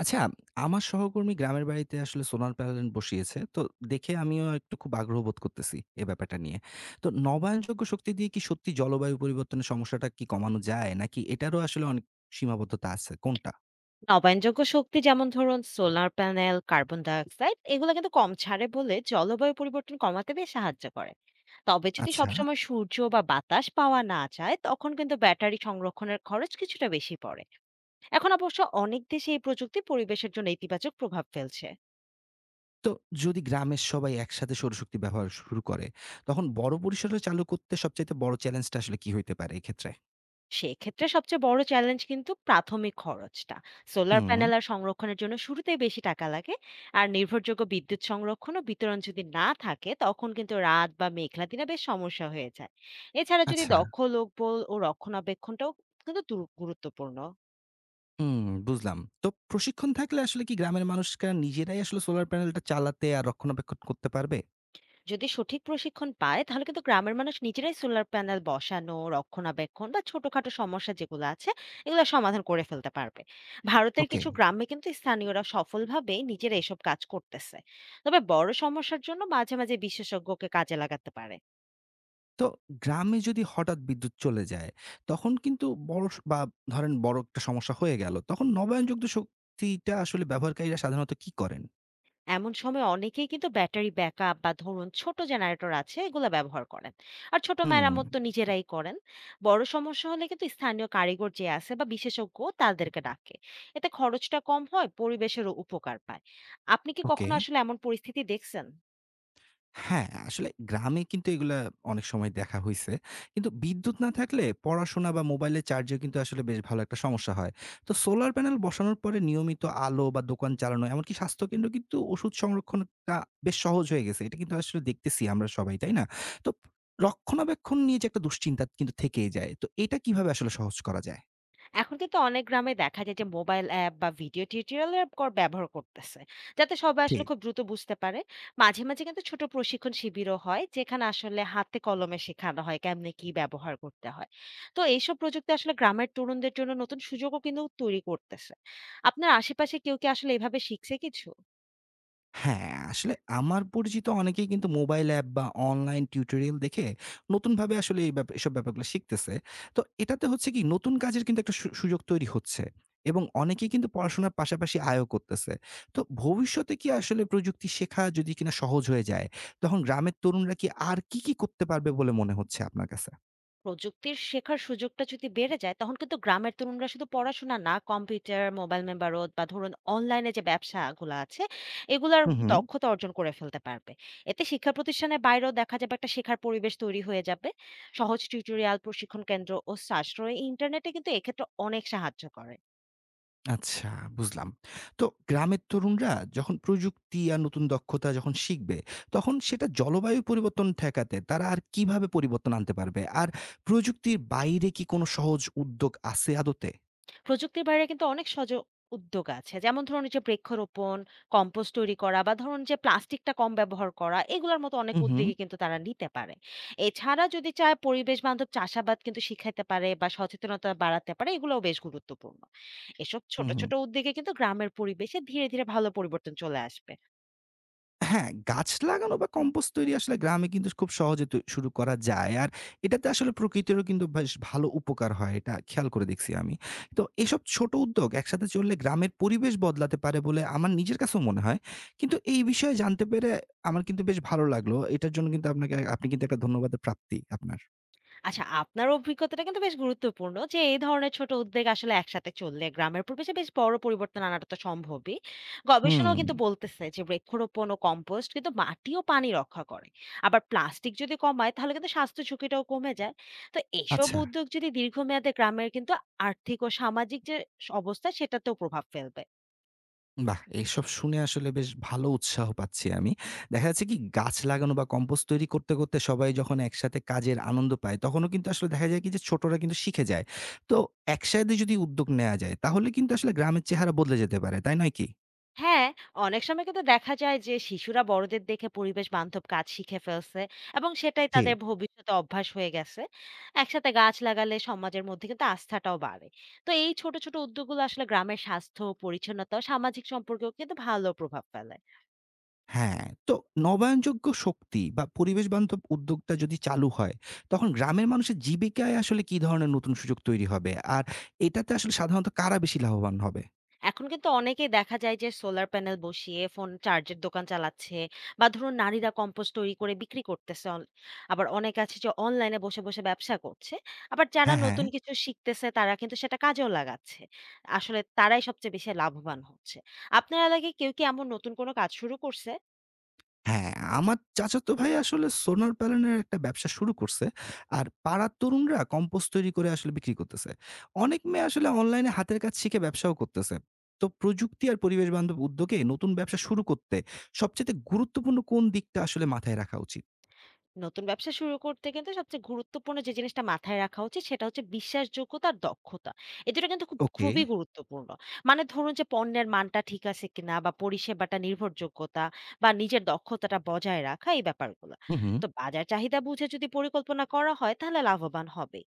আচ্ছা, আমার সহকর্মী গ্রামের বাড়িতে আসলে সোলার প্যানেল বসিয়েছে। তো দেখে আমিও খুব আগ্রহ বোধ করতেছি এ ব্যাপারটা নিয়ে। তো নবায়নযোগ্য শক্তি দিয়ে কি সত্যি জলবায়ু পরিবর্তনের সমস্যাটা কি কমানো যায়? নাকি এটারও আসলে অনেক সীমাবদ্ধতা আছে? কোনটা? নবায়নযোগ্য শক্তি যেমন ধরুন solar panel carbon dioxide এগুলো কিন্তু কম ছাড়ে বলে জলবায়ু পরিবর্তন কমাতে বেশ সাহায্য করে। তবে যদি আচ্ছা। সবসময় সূর্য বা বাতাস পাওয়া না যায় তখন কিন্তু ব্যাটারি সংরক্ষণের খরচ কিছুটা বেশি পড়ে। এখন অবশ্য অনেক দেশে এই প্রযুক্তি পরিবেশের জন্য ইতিবাচক প্রভাব ফেলছে। তো যদি গ্রামের সবাই একসাথে সৌরশক্তি ব্যবহার শুরু করে, তখন বড় পরিসরে চালু করতে সবচাইতে বড় চ্যালেঞ্জটা আসলে কি হইতে পারে এক্ষেত্রে? সেক্ষেত্রে সবচেয়ে বড় চ্যালেঞ্জ কিন্তু প্রাথমিক খরচটা। সোলার হুম, প্যানেল আর সংরক্ষণের জন্য শুরুতেই বেশি টাকা লাগে। আর নির্ভরযোগ্য বিদ্যুৎ সংরক্ষণ ও বিতরণ যদি না থাকে, তখন কিন্তু রাত বা মেঘলা দিনে বেশ সমস্যা হয়ে যায়। এছাড়া যদি আচ্ছা। দক্ষ লোকবল ও রক্ষণাবেক্ষণটাও কিন্তু দু গুরুত্বপূর্ণ। হুম, বুঝলাম। তো প্রশিক্ষণ থাকলে আসলে কি গ্রামের মানুষরা নিজেরাই আসলে সোলার প্যানেলটা চালাতে আর রক্ষণাবেক্ষণ করতে পারবে? যদি সঠিক প্রশিক্ষণ পায় তাহলে কিন্তু গ্রামের মানুষ নিজেরাই সোলার প্যানেল বসানো রক্ষণাবেক্ষণ বা ছোটখাটো সমস্যা যেগুলো আছে এগুলো সমাধান করে ফেলতে পারবে। ভারতের ওকে। কিছু গ্রামে কিন্তু স্থানীয়রা সফলভাবে নিজেরা এসব কাজ করতেছে। তবে বড় সমস্যার জন্য মাঝে মাঝে বিশেষজ্ঞকে কাজে লাগাতে পারে। তো গ্রামে যদি হঠাৎ বিদ্যুৎ চলে যায়, তখন কিন্তু বড় স বা ধরেন বড় একটা সমস্যা হয়ে গেল। তখন নবায়নযোগ্য শক্তিটা আসলে ব্যবহারকারীরা সাধারণত কি করেন? এমন সময় অনেকেই কিন্তু ব্যাটারি ব্যাকআপ বা ধরুন ছোট জেনারেটর আছে এগুলো ব্যবহার করেন। আর ছোট হুম, মেরামত তো নিজেরাই করেন। বড় সমস্যা হলে কিন্তু স্থানীয় কারিগর যে আছে বা বিশেষজ্ঞ তাদেরকে ডাকে। এতে খরচটা কম হয়, পরিবেশেরও উপকার পায়। আপনি কি ওকে। কখনো আসলে এমন পরিস্থিতি দেখছেন? হ্যাঁ, আসলে গ্রামে কিন্তু এগুলা অনেক সময় দেখা হইছে। কিন্তু বিদ্যুৎ না থাকলে পড়াশোনা বা মোবাইলের চার্জে কিন্তু আসলে বেশ ভালো একটা সমস্যা হয়। তো সোলার প্যানেল বসানোর পরে নিয়মিত আলো বা দোকান চালানো এমনকি স্বাস্থ্যকেন্দ্র কিন্তু ওষুধ সংরক্ষণটা বেশ সহজ হয়ে গেছে। এটা কিন্তু আসলে দেখতেছি আমরা সবাই, তাই না? তো রক্ষণাবেক্ষণ নিয়ে যে একটা দুশ্চিন্তা কিন্তু থেকেই যায়। তো এটা কিভাবে আসলে সহজ করা যায়? এখন কিন্তু অনেক গ্রামে দেখা যায় যে মোবাইল অ্যাপ বা ভিডিও টিউটোরিয়াল অ্যাপ কর ব্যবহার করতেছে, যাতে সবাই আসলে ঠিক। খুব দ্রুত বুঝতে পারে। মাঝে মাঝে কিন্তু ছোট প্রশিক্ষণ শিবিরও হয় যেখানে আসলে হাতে কলমে শেখানো হয় কেমনে কি ব্যবহার করতে হয়। তো এইসব প্রযুক্তি আসলে গ্রামের তরুণদের জন্য নতুন সুযোগও কিন্তু তৈরি করতেছে। আপনার আশেপাশে কেউ কি আসলে এভাবে শিখছে কিছু? হ্যাঁ, আসলে আমার পরিচিত অনেকেই কিন্তু মোবাইল অ্যাপ বা অনলাইন টিউটোরিয়াল দেখে নতুনভাবে আসলে এই ব্যাপা এসব ব্যাপারগুলো শিখতেছে। তো এটাতে হচ্ছে কি নতুন কাজের কিন্তু একটা সুযোগ তৈরি হচ্ছে এবং অনেকেই কিন্তু পড়াশোনার পাশাপাশি আয়ও করতেছে। তো ভবিষ্যতে কি আসলে প্রযুক্তি শেখা যদি কিনা সহজ হয়ে যায়, তখন গ্রামের তরুণরা কি করতে পারবে বলে মনে হচ্ছে আপনার কাছে? প্রযুক্তির শেখার সুযোগটা যদি বেড়ে যায় তখন কিন্তু গ্রামের তরুণরা শুধু পড়াশোনা না, কম্পিউটার, মোবাইল, মেম্বারত বা ধরুন অনলাইনে যে ব্যবসাগুলো আছে এগুলার হু, হু। দক্ষতা অর্জন করে ফেলতে পারবে। এতে শিক্ষা প্রতিষ্ঠানের বাইরেও দেখা যাবে একটা শেখার পরিবেশ তৈরি হয়ে যাবে। সহজ টিউটোরিয়াল, প্রশিক্ষণ কেন্দ্র ও সাশ্রয়ী ইন্টারনেটে কিন্তু এক্ষেত্রে অনেক সাহায্য করে। আচ্ছা, বুঝলাম। তো গ্রামের তরুণরা যখন প্রযুক্তি আর নতুন দক্ষতা যখন শিখবে, তখন সেটা জলবায়ু পরিবর্তন ঠেকাতে তারা আর কিভাবে পরিবর্তন আনতে পারবে? আর প্রযুক্তির বাইরে কি কোনো সহজ উদ্যোগ আছে আদতে? প্রযুক্তির বাইরে কিন্তু অনেক সজ উদ্যোগ আছে। যেমন ধরুন এই যে বৃক্ষরোপণ, কম্পোস্ট তৈরি করা বা ধরুন যে প্লাস্টিকটা কম ব্যবহার করা এগুলোর মতো অনেক হু, হু। উদ্যোগই কিন্তু তারা নিতে পারে। এছাড়া যদি চায় পরিবেশ বান্ধব চাষাবাদ কিন্তু শিখাইতে পারে বা সচেতনতা বাড়াতে পারে, এগুলোও বেশ গুরুত্বপূর্ণ। এসব হু, ছোট, হু। ছোট উদ্যোগে কিন্তু গ্রামের পরিবেশে ধীরে, ধীরে ভালো পরিবর্তন চলে আসবে। হ্যাঁ, গাছ লাগানো বা কম্পোস্ট তৈরি আসলে গ্রামে কিন্তু খুব সহজে শুরু করা যায়। আর এটাতে আসলে প্রকৃতিরও কিন্তু বেশ ভালো উপকার হয়। এটা খেয়াল করে দেখছি আমি। তো এসব ছোট উদ্যোগ একসাথে চললে গ্রামের পরিবেশ বদলাতে পারে বলে আমার নিজের কাছেও মনে হয়। কিন্তু এই বিষয়ে জানতে পেরে আমার কিন্তু বেশ ভালো লাগলো। এটার জন্য কিন্তু আপনি কিন্তু একটা ধন্যবাদের প্রাপ্তি আপনার। আচ্ছা, আপনার অভিজ্ঞতাটা কিন্তু বেশ গুরুত্বপূর্ণ যে, এই ধরনের ছোট উদ্যোগ আসলে একসাথে চললে গ্রামের পরিবেশে বেশ বড় পরিবর্তন আনাটা তো সম্ভবই। হুম, গবেষণাও কিন্তু বলতেছে যে, বৃক্ষরোপণ ও কম্পোস্ট কিন্তু মাটি ও পানি রক্ষা করে। আবার প্লাস্টিক যদি কমায় তাহলে কিন্তু স্বাস্থ্য ঝুঁকিটাও কমে যায়। তো এসব আচ্ছা। উদ্যোগ যদি দীর্ঘমেয়াদে গ্রামের কিন্তু আর্থিক ও সামাজিক যে স অবস্থা সেটাতেও প্রভাব ফেলবে। বাহ! এসব শুনে আসলে বেশ ভালো উৎসাহ পাচ্ছি আমি। দেখা যাচ্ছে কি গাছ লাগানো বা কম্পোস্ট তৈরি করতে, করতে সবাই যখন একসাথে কাজের আনন্দ পায়, তখনও কিন্তু আসলে দেখা যায় কি যে ছোটরা কিন্তু শিখে যায়। তো একসাথে যদি উদ্যোগ নেয়া যায় তাহলে কিন্তু আসলে গ্রামের চেহারা বদলে যেতে পারে, তাই নয় কি? হ্যাঁ, অনেক সময় কিন্তু দেখা যায় যে শিশুরা বড়দের দেখে পরিবেশ বান্ধব কাজ শিখে ফেলছে এবং সেটাই জি। তাদের ভবিষ্যতে অভ্যাস হয়ে গেছে। একসাথে গাছ লাগালে সমাজের মধ্যে কিন্তু আস্থাটাও বাড়ে। তো এই ছোট, ছোট উদ্যোগগুলো আসলে গ্রামের স্বাস্থ্য, পরিচ্ছন্নতা ও সামাজিক সম্পর্কেও কিন্তু ভালো প্রভাব ফেলে। হ্যাঁ, তো নবায়নযোগ্য শক্তি বা পরিবেশ বান্ধব উদ্যোগটা যদি চালু হয়, তখন গ্রামের মানুষের জীবিকায় আসলে কি ধরনের নতুন সুযোগ তৈরি হবে? আর এটাতে আসলে সাধারণত কারা বেশি লাভবান হবে? এখন কিন্তু অনেকেই দেখা যায় যে সোলার প্যানেল বসিয়ে ফোন চার্জের দোকান চালাচ্ছে, বা ধরুন নারীরা কম্পোস্ট তৈরি করে বিক্রি করতেছে অন-। আবার অনেকে আছে যে অনলাইনে বসে বসে ব্যবসা করছে। আবার যারা হ্যাঁ, হ্যাঁ। নতুন কিছু শিখতেছে তারা কিন্তু সেটা কাজেও লাগাচ্ছে। আসলে তারাই সবচেয়ে বেশি লাভবান হচ্ছে। আপনার এলাকায় কেউ কি এমন নতুন কোনো কাজ শুরু করছে? হ্যাঁ, আমার চাচাতো ভাই আসলে সোলার প্যানেলের একটা ব্যবসা শুরু করছে। আর পাড়ার তরুণরা কম্পোস্ট তৈরি করে আসলে বিক্রি করতেছে। অনেক মেয়ে আসলে অনলাইনে হাতের কাজ শিখে ব্যবসাও করতেছে। তো প্রযুক্তি আর পরিবেশ বান্ধব উদ্যোগে নতুন ব্যবসা শুরু করতে সবচেয়ে গুরুত্বপূর্ণ কোন দিকটা আসলে মাথায় রাখা উচিত? নতুন ব্যবসা শুরু করতে কিন্তু সবচেয়ে গুরুত্বপূর্ণ যে জিনিসটা মাথায় রাখা উচিত সেটা হচ্ছে বিশ্বাসযোগ্যতা আর দক্ষতা। এই দুটো কিন্তু খুব ওকে। খুবই গুরুত্বপূর্ণ। মানে ধরুন যে পণ্যের মানটা ঠিক আছে কিনা, বা পরিষেবাটা নির্ভরযোগ্যতা বা নিজের দক্ষতাটা বজায় রাখা, এই ব্যাপারগুলো। হুম, হুম। তো বাজার চাহিদা বুঝে যদি পরিকল্পনা করা হয় তাহলে লাভবান হবে।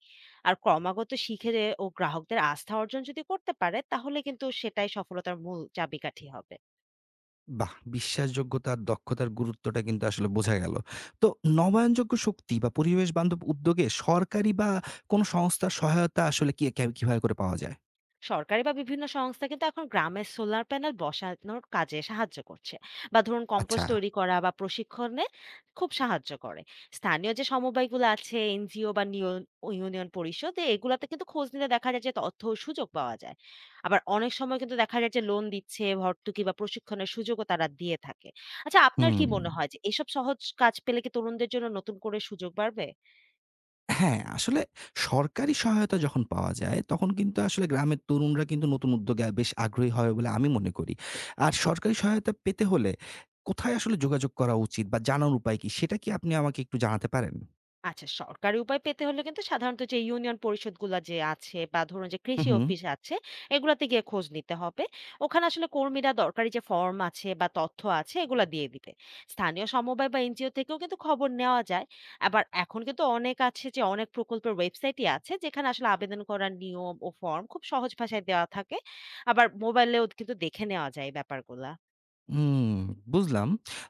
আর ক্রমাগত শিখে যে ও গ্রাহকদের আস্থা অর্জন যদি করতে পারে তাহলে কিন্তু সেটাই সফলতার মূল চাবিকাঠি হবে। বাহ! বিশ্বাসযোগ্যতা আর দক্ষতার গুরুত্বটা কিন্তু আসলে বোঝা গেল। তো নবায়নযোগ্য শক্তি বা পরিবেশ বান্ধব উদ্যোগে সরকারি বা কোন সংস্থার সহায়তা আসলে কি কে কিভাবে করে পাওয়া যায়? সরকারি বা বিভিন্ন সংস্থা কিন্তু এখন গ্রামে সোলার প্যানেল বসানোর কাজে সাহায্য করছে, বা ধরুন আচ্ছা। কম্পোস্ট তৈরি করা বা প্রশিক্ষণে খুব সাহায্য করে। স্থানীয় যে সমবায়গুলো আছে, এনজিও বা নিয়ন- ও ইউনিয়ন পরিষদ, এগুলাতে কিন্তু খোঁজ নিলে দেখা যায় যে তথ্য ও সুযোগ পাওয়া যায়। আবার অনেক সময় কিন্তু দেখা যায় যে লোন দিচ্ছে, ভর্তুকি বা প্রশিক্ষণের সুযোগও তারা দিয়ে থাকে। আচ্ছা, আপনার কি হুম। মনে হয় যে এসব সহজ কাজ পেলে কি তরুণদের জন্য নতুন করে সুযোগ বাড়বে? হ্যাঁ, আসলে সরকারি সহায়তা যখন পাওয়া যায়, তখন কিন্তু আসলে গ্রামের তরুণরা কিন্তু নতুন উদ্যোগে বেশ আগ্রহী হবে বলে আমি মনে করি। আর সরকারি সহায়তা পেতে হলে কোথায় আসলে যোগাযোগ করা উচিত বা জানার উপায় কি? সেটা কি আপনি আমাকে একটু জানাতে পারেন? আচ্ছা, সরকারি উপায় পেতে হলে কিন্তু সাধারণত যে ইউনিয়ন পরিষদগুলা যে আছে বা ধরুন যে হু, কৃষি হু। অফিস আছে, এগুলাতে গিয়ে খোঁজ নিতে হবে। ওখানে আসলে কর্মীরা দরকারি যে ফর্ম আছে বা তথ্য আছে এগুলা দিয়ে দিবে। স্থানীয় সমবায় বা এনজিও থেকেও কিন্তু খবর নেওয়া যায়। আবার এখন কিন্তু অনেক আছে যে অনেক প্রকল্পের ওয়েবসাইটই আছে যেখানে আসলে আবেদন করার নিয়ম ও ফর্ম খুব সহজ ভাষায় দেওয়া থাকে। আবার মোবাইলেও কিন্তু দেখে নেওয়া যায় এই ব্যাপারগুলা। হুম, বুঝলাম।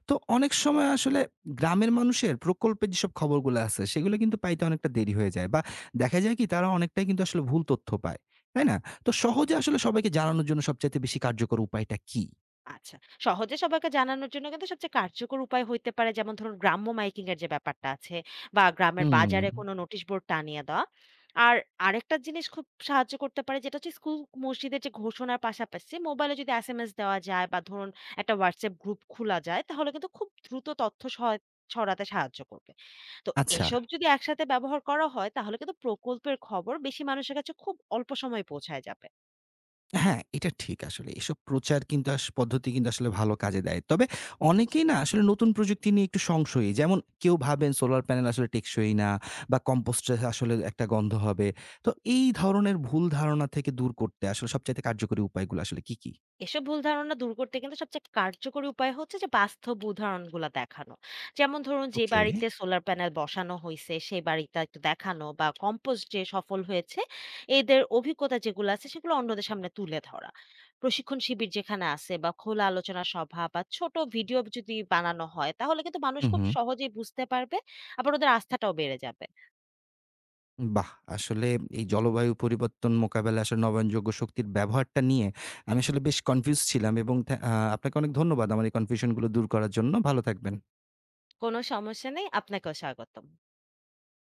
তো অনেক সময় আসলে গ্রামের মানুষের প্রকল্পের যেসব খবরগুলো আছে, সেগুলো কিন্তু পাইতে অনেকটা দেরি হয়ে যায় বা দেখা যায় কি তারা অনেকটাই কিন্তু আসলে ভুল তথ্য পায়। তাই না? তো সহজে আসলে সবাইকে জানানোর জন্য সবচাইতে বেশি কার্যকর উপায়টা কি? আচ্ছা। সহজে সবাইকে জানানোর জন্য কিন্তু সবচেয়ে কার্যকর উপায় হইতে পারে যেমন ধরুন গ্রাম্য মাইকিং এর যে ব্যাপারটা আছে, বা গ্রামের হুম, বাজারে কোনো নোটিশ বোর্ড টানিয়ে দেওয়া। আর আরেকটা জিনিস খুব সাহায্য করতে পারে যেটা হচ্ছে স্কুল, মসজিদের যে ঘোষণার পাশাপাশি মোবাইলে যদি এসএমএস দেওয়া যায় বা ধরুন একটা WhatsApp গ্রুপ খোলা যায়, তাহলে কিন্তু খুব দ্রুত তথ্য সহায় ছড়াতে সাহায্য করবে। তো আচ্ছা। এসব যদি একসাথে ব্যবহার করা হয় তাহলে কিন্তু প্রকল্পের খবর বেশি মানুষের কাছে খুব অল্প সময়ে পৌঁছায় যাবে। হ্যাঁ, এটা ঠিক আসলে। এসব প্রচার কিন্তু পদ্ধতি কিন্তু আসলে ভালো কাজে দেয়। তবে অনেকেই না আসলে নতুন প্রযুক্তি নিয়ে একটু সংশয়ী। যেমন কেউ ভাবেন সোলার প্যানেল আসলে টেকসই না বা কম্পোস্টে আসলে একটা গন্ধ হবে। তো এই ধরনের ভুল ধারণা থেকে দূর করতে আসলে সবচাইতে কার্যকরী উপায়গুলো আসলে কি, কি? এসব ভুল ধারণা দূর করতে কিন্তু সবচেয়ে কার্যকরী উপায় হচ্ছে যে বাস্তব উদাহরণগুলো দেখানো। যেমন ধরুন যে ওকে। বাড়িতে সোলার প্যানেল বসানো হয়েছে সেই বাড়িটা একটু দেখানো, বা কম্পোস্ট যে সফল হয়েছে এদের অভিজ্ঞতা যেগুলো আছে সেগুলো অন্যদের সামনে তুলে ধরা। প্রশিক্ষণ শিবির যেখানে আছে বা খোলা আলোচনা সভা বা ছোট ভিডিও যদি বানানো হয় তাহলে কিন্তু মানুষ হু, খুব হু। সহজেই বুঝতে পারবে, আবার ওদের আস্থাটাও বেড়ে যাবে। বাহ! আসলে এই জলবায়ু পরিবর্তন মোকাবেলায় আসলে নবায়নযোগ্য শক্তির ব্যবহারটা নিয়ে আমি আসলে বেশ কনফিউজড ছিলাম এবং থ্যা আ আপনাকে অনেক ধন্যবাদ আমার এই কনফিউশন গুলো দূর করার জন্য। ভালো থাকবেন। কোনো সমস্যা নেই, আপনাকেও স্বাগতম।